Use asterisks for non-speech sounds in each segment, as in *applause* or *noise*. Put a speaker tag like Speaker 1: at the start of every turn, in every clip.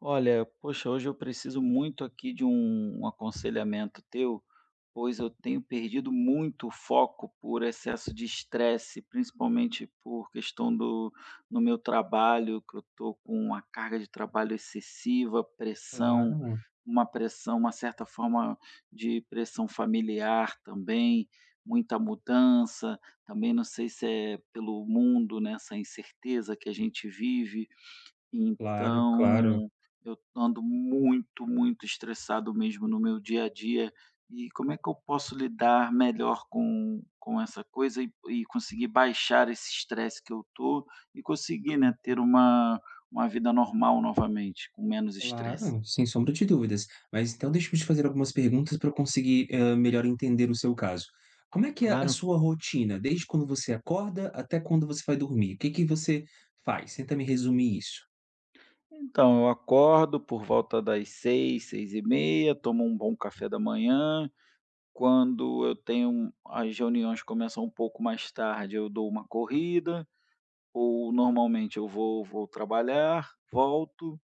Speaker 1: Olha, poxa, hoje eu preciso muito aqui de um aconselhamento teu, pois eu tenho perdido muito o foco por excesso de estresse, principalmente por questão do no meu trabalho, que eu estou com uma carga de trabalho excessiva,
Speaker 2: Claro,
Speaker 1: pressão, uma certa forma de pressão familiar também, muita mudança, também não sei se é pelo mundo, né, essa incerteza que a gente vive
Speaker 2: claro, claro,
Speaker 1: então, eu ando muito, muito estressado mesmo no meu dia a dia. E como é que eu posso lidar melhor com essa coisa e conseguir baixar esse estresse que eu tô e conseguir, né, ter uma vida normal novamente, com menos estresse?
Speaker 2: claro, sem sombra de dúvidas. Mas então deixa eu te fazer algumas perguntas para eu conseguir, melhor entender o seu caso. Como é que é a
Speaker 1: Claro.
Speaker 2: sua rotina, desde quando você acorda até quando você vai dormir? O que que você faz? Tenta me resumir isso.
Speaker 1: Então, eu acordo por volta das seis, seis e meia, tomo um bom café da manhã. Quando eu tenho as reuniões começam um pouco mais tarde, eu dou uma corrida. Ou normalmente eu vou trabalhar, volto,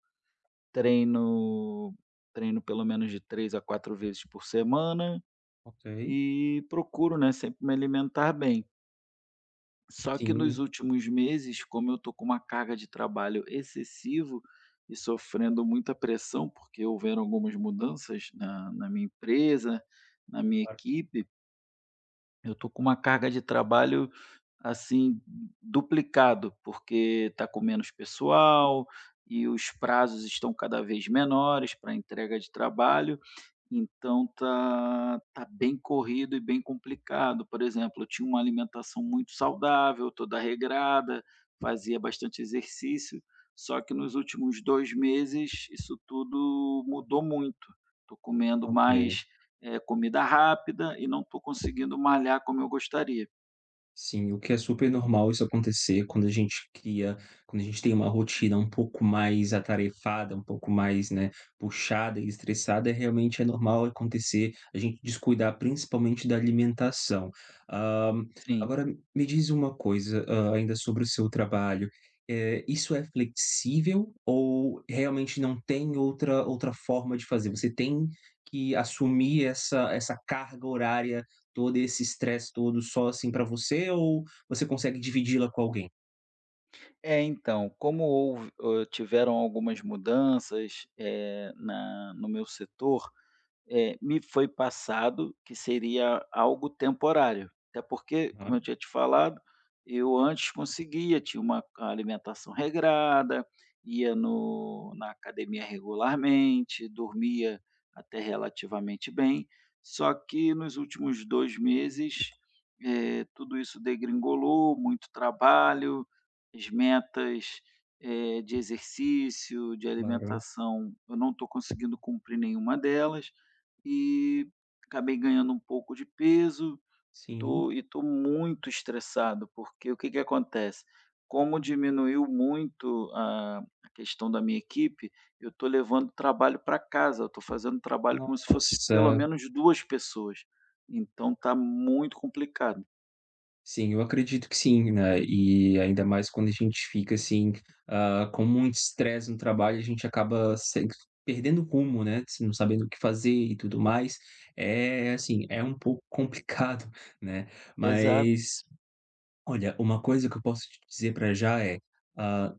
Speaker 1: treino treino pelo menos de 3 a 4 vezes por semana
Speaker 2: Ok.
Speaker 1: e procuro, né, sempre me alimentar bem. Só que nos
Speaker 2: Sim,
Speaker 1: últimos meses, como eu tô com uma carga de trabalho excessivo e sofrendo muita pressão, porque houveram algumas mudanças na minha empresa, na minha
Speaker 2: claro,
Speaker 1: equipe, eu tô com uma carga de trabalho assim, duplicado, porque está com menos pessoal e os prazos estão cada vez menores para entrega de trabalho, então tá bem corrido e bem complicado. Por exemplo, eu tinha uma alimentação muito saudável, toda regrada, fazia bastante exercício, só que nos últimos 2 meses isso tudo mudou muito. Estou comendo
Speaker 2: ok.
Speaker 1: mais, comida rápida e não estou conseguindo malhar como eu gostaria.
Speaker 2: Sim, o que é super normal isso acontecer quando a gente cria quando a gente tem uma rotina um pouco mais atarefada, um pouco mais, né, puxada e estressada, é realmente é normal acontecer a gente descuidar principalmente da alimentação. Hã,
Speaker 1: Sim.
Speaker 2: Agora me diz uma coisa, ainda sobre o seu trabalho, isso é flexível ou realmente não tem outra forma de fazer? Você tem que assumir essa carga horária todo esse estresse todo só, assim, pra você ou você consegue dividi-la com alguém?
Speaker 1: É, então, como houve tiveram algumas mudanças, eh, na no meu setor, me foi passado que seria algo temporário, até porque, como
Speaker 2: Aham,
Speaker 1: eu tinha te falado, eu antes conseguia, tinha uma alimentação regrada, ia no na academia regularmente, dormia até relativamente bem, só que nos últimos 2 meses, tudo isso degringolou, muito trabalho, as metas, de exercício, de
Speaker 2: claro.
Speaker 1: alimentação, eu não estou conseguindo cumprir nenhuma delas, e acabei ganhando um pouco de peso,
Speaker 2: Sim.
Speaker 1: tô muito estressado, porque o que que acontece? Como diminuiu muito a questão da minha equipe, eu tô levando trabalho para casa, eu tô fazendo trabalho como se fosse pelo
Speaker 2: Nossa.
Speaker 1: menos 2 pessoas, então tá muito complicado.
Speaker 2: Sim, eu acredito que sim, né, e ainda mais quando a gente fica, assim, com muito estresse no trabalho, a gente acaba se perdendo o rumo, né, se não sabendo o que fazer e tudo mais. É, assim, é um pouco *laughs* complicado, né.
Speaker 1: Exato,
Speaker 2: Mas, olha, uma coisa que eu posso te dizer pra já é, ah,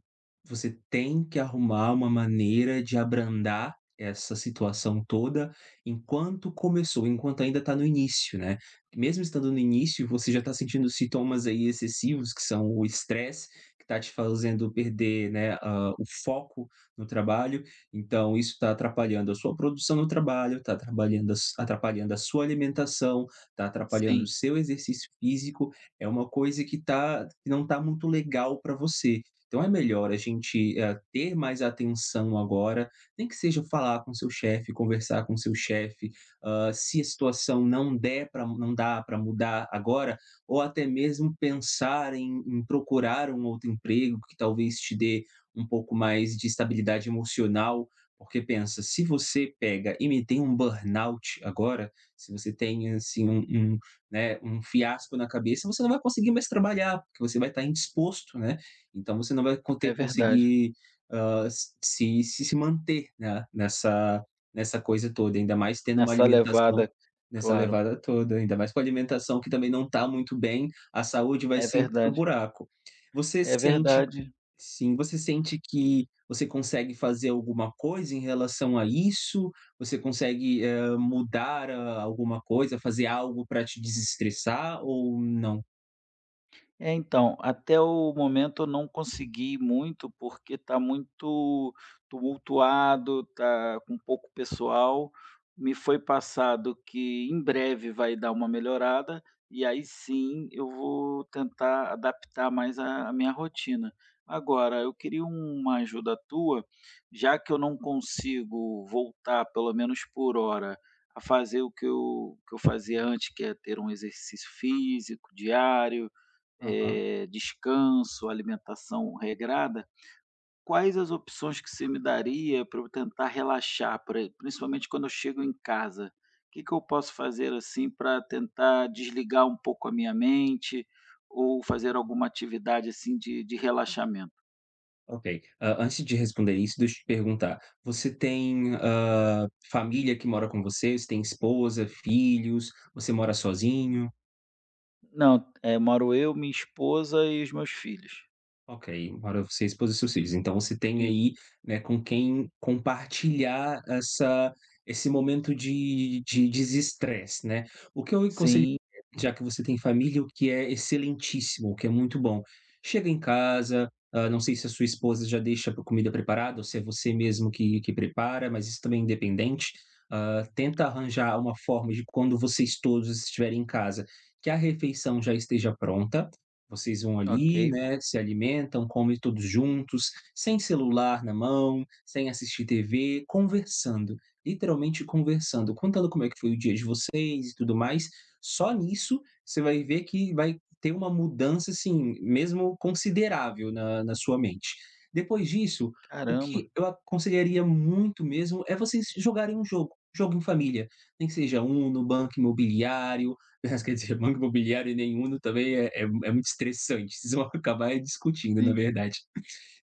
Speaker 2: você tem que arrumar uma maneira de abrandar essa situação toda enquanto começou, enquanto ainda está no início, né. Mesmo estando no início, você já está sentindo sintomas aí excessivos, que são o estresse, que está te fazendo perder, né, o foco no trabalho. Então isso está atrapalhando a sua produção no trabalho, está atrapalhando a sua alimentação, está atrapalhando o
Speaker 1: sim,
Speaker 2: seu exercício físico. É uma coisa que não está muito legal para você. Então é melhor a gente, ter mais atenção agora, nem que seja falar com seu chefe, conversar com seu chefe, se a situação não dá para mudar agora, ou até mesmo pensar em procurar um outro emprego que talvez te dê um pouco mais de estabilidade emocional, porque pensa, se você pega e me tem um burnout agora, se você tem assim um, né, um fiasco na cabeça, você não vai conseguir mais trabalhar, porque você vai estar indisposto, né? Então você não vai con- ter
Speaker 1: é verdade.
Speaker 2: conseguir, se manter, né, nessa coisa toda, ainda mais tendo uma
Speaker 1: Nessa
Speaker 2: alimentação
Speaker 1: levada,
Speaker 2: nessa
Speaker 1: claro.
Speaker 2: levada toda, ainda mais com a alimentação que também não está muito bem, a saúde vai
Speaker 1: É
Speaker 2: sempre pro
Speaker 1: verdade,
Speaker 2: buraco. Você
Speaker 1: é
Speaker 2: sente
Speaker 1: verdade.
Speaker 2: Sim, você sente que você consegue fazer alguma coisa em relação a isso? Você consegue, mudar, alguma coisa, fazer algo para te desestressar ou não?
Speaker 1: É, então, até o momento eu não consegui muito, porque está muito tumultuado, está com pouco pessoal. Me foi passado que em breve vai dar uma melhorada, e aí sim eu vou tentar adaptar mais a minha rotina. Agora, eu queria uma ajuda tua, já que eu não consigo voltar, pelo menos por hora, a fazer o que eu fazia antes, que é ter um exercício físico diário, descanso, alimentação regrada, quais as opções que você me daria para eu tentar relaxar, pra principalmente quando eu chego em casa? O que que eu posso fazer, assim, para tentar desligar um pouco a minha mente ou fazer alguma atividade, assim, de relaxamento?
Speaker 2: Ok. Ah, antes de responder isso, deixa eu te perguntar. Você tem, família que mora com você? Você tem esposa, filhos? Você mora sozinho?
Speaker 1: Não, moro eu, minha esposa e os meus filhos.
Speaker 2: Ok, agora você expôs a seus filhos. Então você tem
Speaker 1: E
Speaker 2: aí, né, com quem compartilhar essa esse momento de desestresse, né. O que eu aconselho,
Speaker 1: sim,
Speaker 2: já que você tem família, o que é excelentíssimo, o que é muito bom. Chega em casa, não sei se a sua esposa já deixa a comida preparada ou se é você mesmo que prepara, mas isso também é independente. Tenta arranjar uma forma de quando vocês todos estiverem em casa, que a refeição já esteja pronta, vocês vão ali,
Speaker 1: ok.
Speaker 2: né, se alimentam, comem todos juntos, sem celular na mão, sem assistir TV, conversando, literalmente conversando, contando como é que foi o dia de vocês e tudo mais. Só nisso você vai ver que vai ter uma mudança, assim, mesmo considerável na sua mente. Depois disso, o
Speaker 1: Caramba,
Speaker 2: que eu aconselharia muito mesmo é vocês jogarem um jogo, jogo em família, nem que seja um no Banco Imobiliário, *laughs* quer dizer, banco imobiliário nem Uno também é muito estressante, vocês vão *laughs* acabar é discutindo, na
Speaker 1: sim,
Speaker 2: verdade.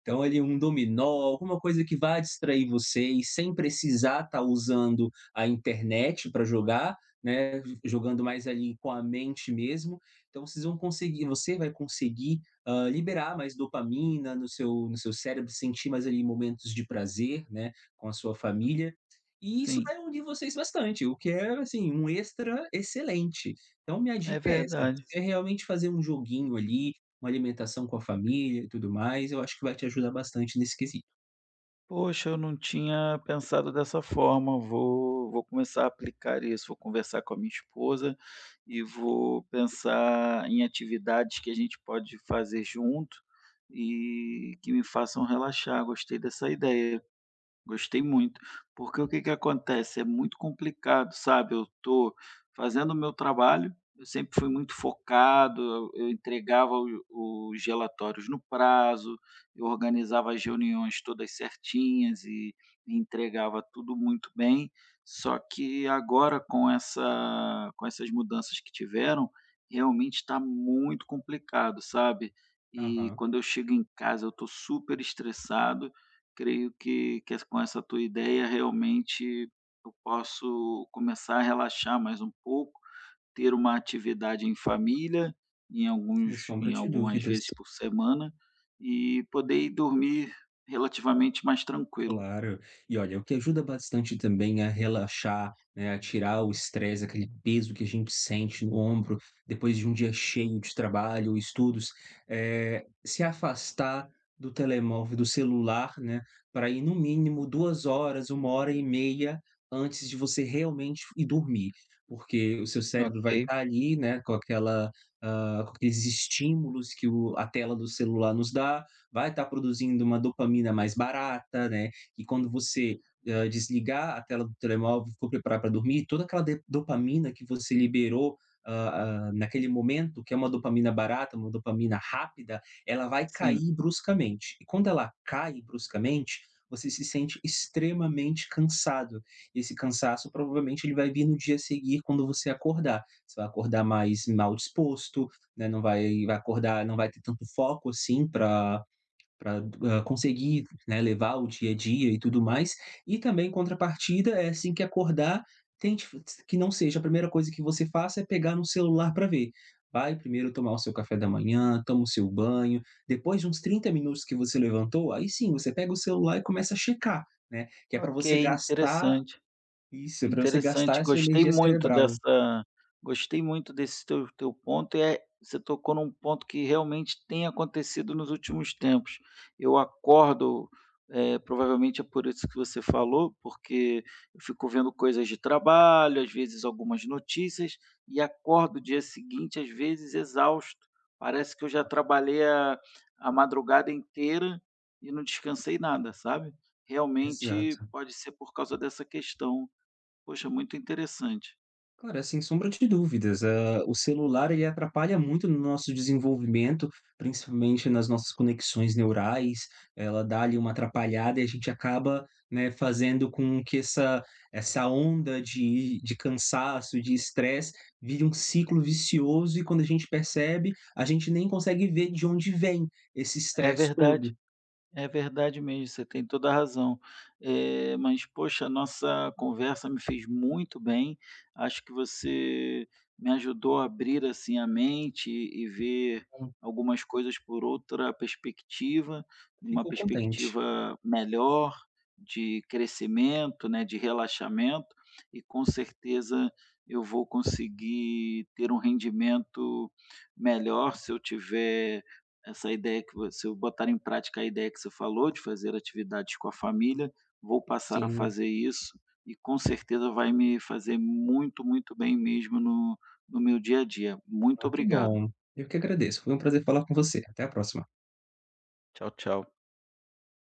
Speaker 2: Então ele é um dominó, alguma coisa que vá distrair vocês sem precisar estar usando a internet para jogar, né, jogando mais ali com a mente mesmo. Então você vai conseguir, liberar mais dopamina no seu cérebro, sentir mais ali momentos de prazer, né, com a sua família. E isso
Speaker 1: sim,
Speaker 2: vai unir vocês bastante, o que é, assim, um extra excelente. Então minha
Speaker 1: é
Speaker 2: dica é essa,
Speaker 1: verdade.
Speaker 2: você realmente fazer um joguinho ali, uma alimentação com a família e tudo mais, eu acho que vai te ajudar bastante nesse quesito.
Speaker 1: Poxa, eu não tinha pensado dessa forma. Vou começar a aplicar isso. Vou conversar com a minha esposa e vou pensar em atividades que a gente pode fazer junto e que me façam relaxar. Gostei dessa ideia. Gostei muito, porque o que que acontece, é muito complicado, sabe, eu tô fazendo o meu trabalho, eu sempre fui muito focado, eu entregava o os relatórios no prazo, eu organizava as reuniões todas certinhas e entregava tudo muito bem, só que agora com essa com essas mudanças que tiveram, realmente está muito complicado, sabe. E
Speaker 2: Aham,
Speaker 1: quando eu chego em casa eu estou super estressado. Creio que é com essa tua ideia, realmente, eu posso começar a relaxar mais um pouco, ter uma atividade em família, em
Speaker 2: sem
Speaker 1: alguns
Speaker 2: sombra
Speaker 1: em
Speaker 2: de
Speaker 1: algumas
Speaker 2: dúvidas.
Speaker 1: vezes por semana, e poder ir dormir relativamente mais tranquilo.
Speaker 2: Claro. E olha, o que ajuda bastante também a relaxar, né, a tirar o estresse, aquele peso que a gente sente no ombro depois de um dia cheio de trabalho, estudos, é se afastar do telemóvel, do celular, né, para ir no mínimo 2 horas, uma hora e meia antes de você realmente ir dormir. Porque o seu cérebro vai estar ali, né, com com aqueles estímulos que o a tela do celular nos dá, vai estar produzindo uma dopamina mais barata, né e quando você desligar a tela do telemóvel, for preparar para dormir, toda aquela dopamina que você liberou ah, naquele momento, que é uma dopamina barata, uma dopamina rápida, ela vai
Speaker 1: Sim,
Speaker 2: cair bruscamente. E quando ela cai bruscamente, você se sente extremamente cansado. Esse cansaço provavelmente ele vai vir no dia seguinte quando você acordar. Você vai acordar mais mal disposto, né? Vai acordar, não vai ter tanto foco assim para conseguir, né, levar o dia a dia e tudo mais. E também, em contrapartida, é assim que acordar, tente f que não seja a primeira coisa que você faça é pegar no celular para ver. Vai primeiro tomar o seu café da manhã, toma o seu banho, depois de uns 30 minutos que você levantou, aí sim, você pega o celular e começa a checar, né, que é para
Speaker 1: ok,
Speaker 2: você gastar
Speaker 1: interessante.
Speaker 2: isso, é pra você gastar
Speaker 1: Interessante,
Speaker 2: essa
Speaker 1: gostei
Speaker 2: energia
Speaker 1: muito
Speaker 2: cerebral.
Speaker 1: dessa Gostei muito desse teu ponto, e é, você tocou num ponto que realmente tem acontecido nos últimos tempos. Eu acordo, provavelmente é por isso que você falou, porque eu fico vendo coisas de trabalho, às vezes algumas notícias, e acordo o dia seguinte, às vezes, exausto. Parece que eu já trabalhei a madrugada inteira e não descansei nada, sabe. Realmente
Speaker 2: Exato.
Speaker 1: pode ser por causa dessa questão. Poxa, muito interessante.
Speaker 2: Cara, sem sombra de dúvidas, o celular ele atrapalha muito no nosso desenvolvimento, principalmente nas nossas conexões neurais, ela dá ali uma atrapalhada e a gente acaba, né, fazendo com que essa onda de cansaço, de estresse, vire um ciclo vicioso e quando a gente percebe, a gente nem consegue ver de onde vem esse
Speaker 1: É
Speaker 2: estresse
Speaker 1: verdade,
Speaker 2: todo.
Speaker 1: é verdade mesmo, você tem toda a razão. Mas poxa, a nossa conversa me fez muito bem, acho que você me ajudou a abrir, assim, a mente e ver
Speaker 2: Então,
Speaker 1: algumas coisas por outra perspectiva, uma
Speaker 2: fico contente.
Speaker 1: perspectiva melhor de crescimento, né, de relaxamento e com certeza eu vou conseguir ter um rendimento melhor se eu tiver. Essa ideia que vo Se eu botar em prática a ideia que você falou de fazer atividades com a família, vou passar a
Speaker 2: Sim.
Speaker 1: fazer isso e com certeza vai me fazer muito, muito bem mesmo no no meu dia a dia. Muito
Speaker 2: Ah, que
Speaker 1: obrigado.
Speaker 2: bom. Eu que agradeço. Foi um prazer falar com você. Até a próxima.
Speaker 1: Tchau, tchau.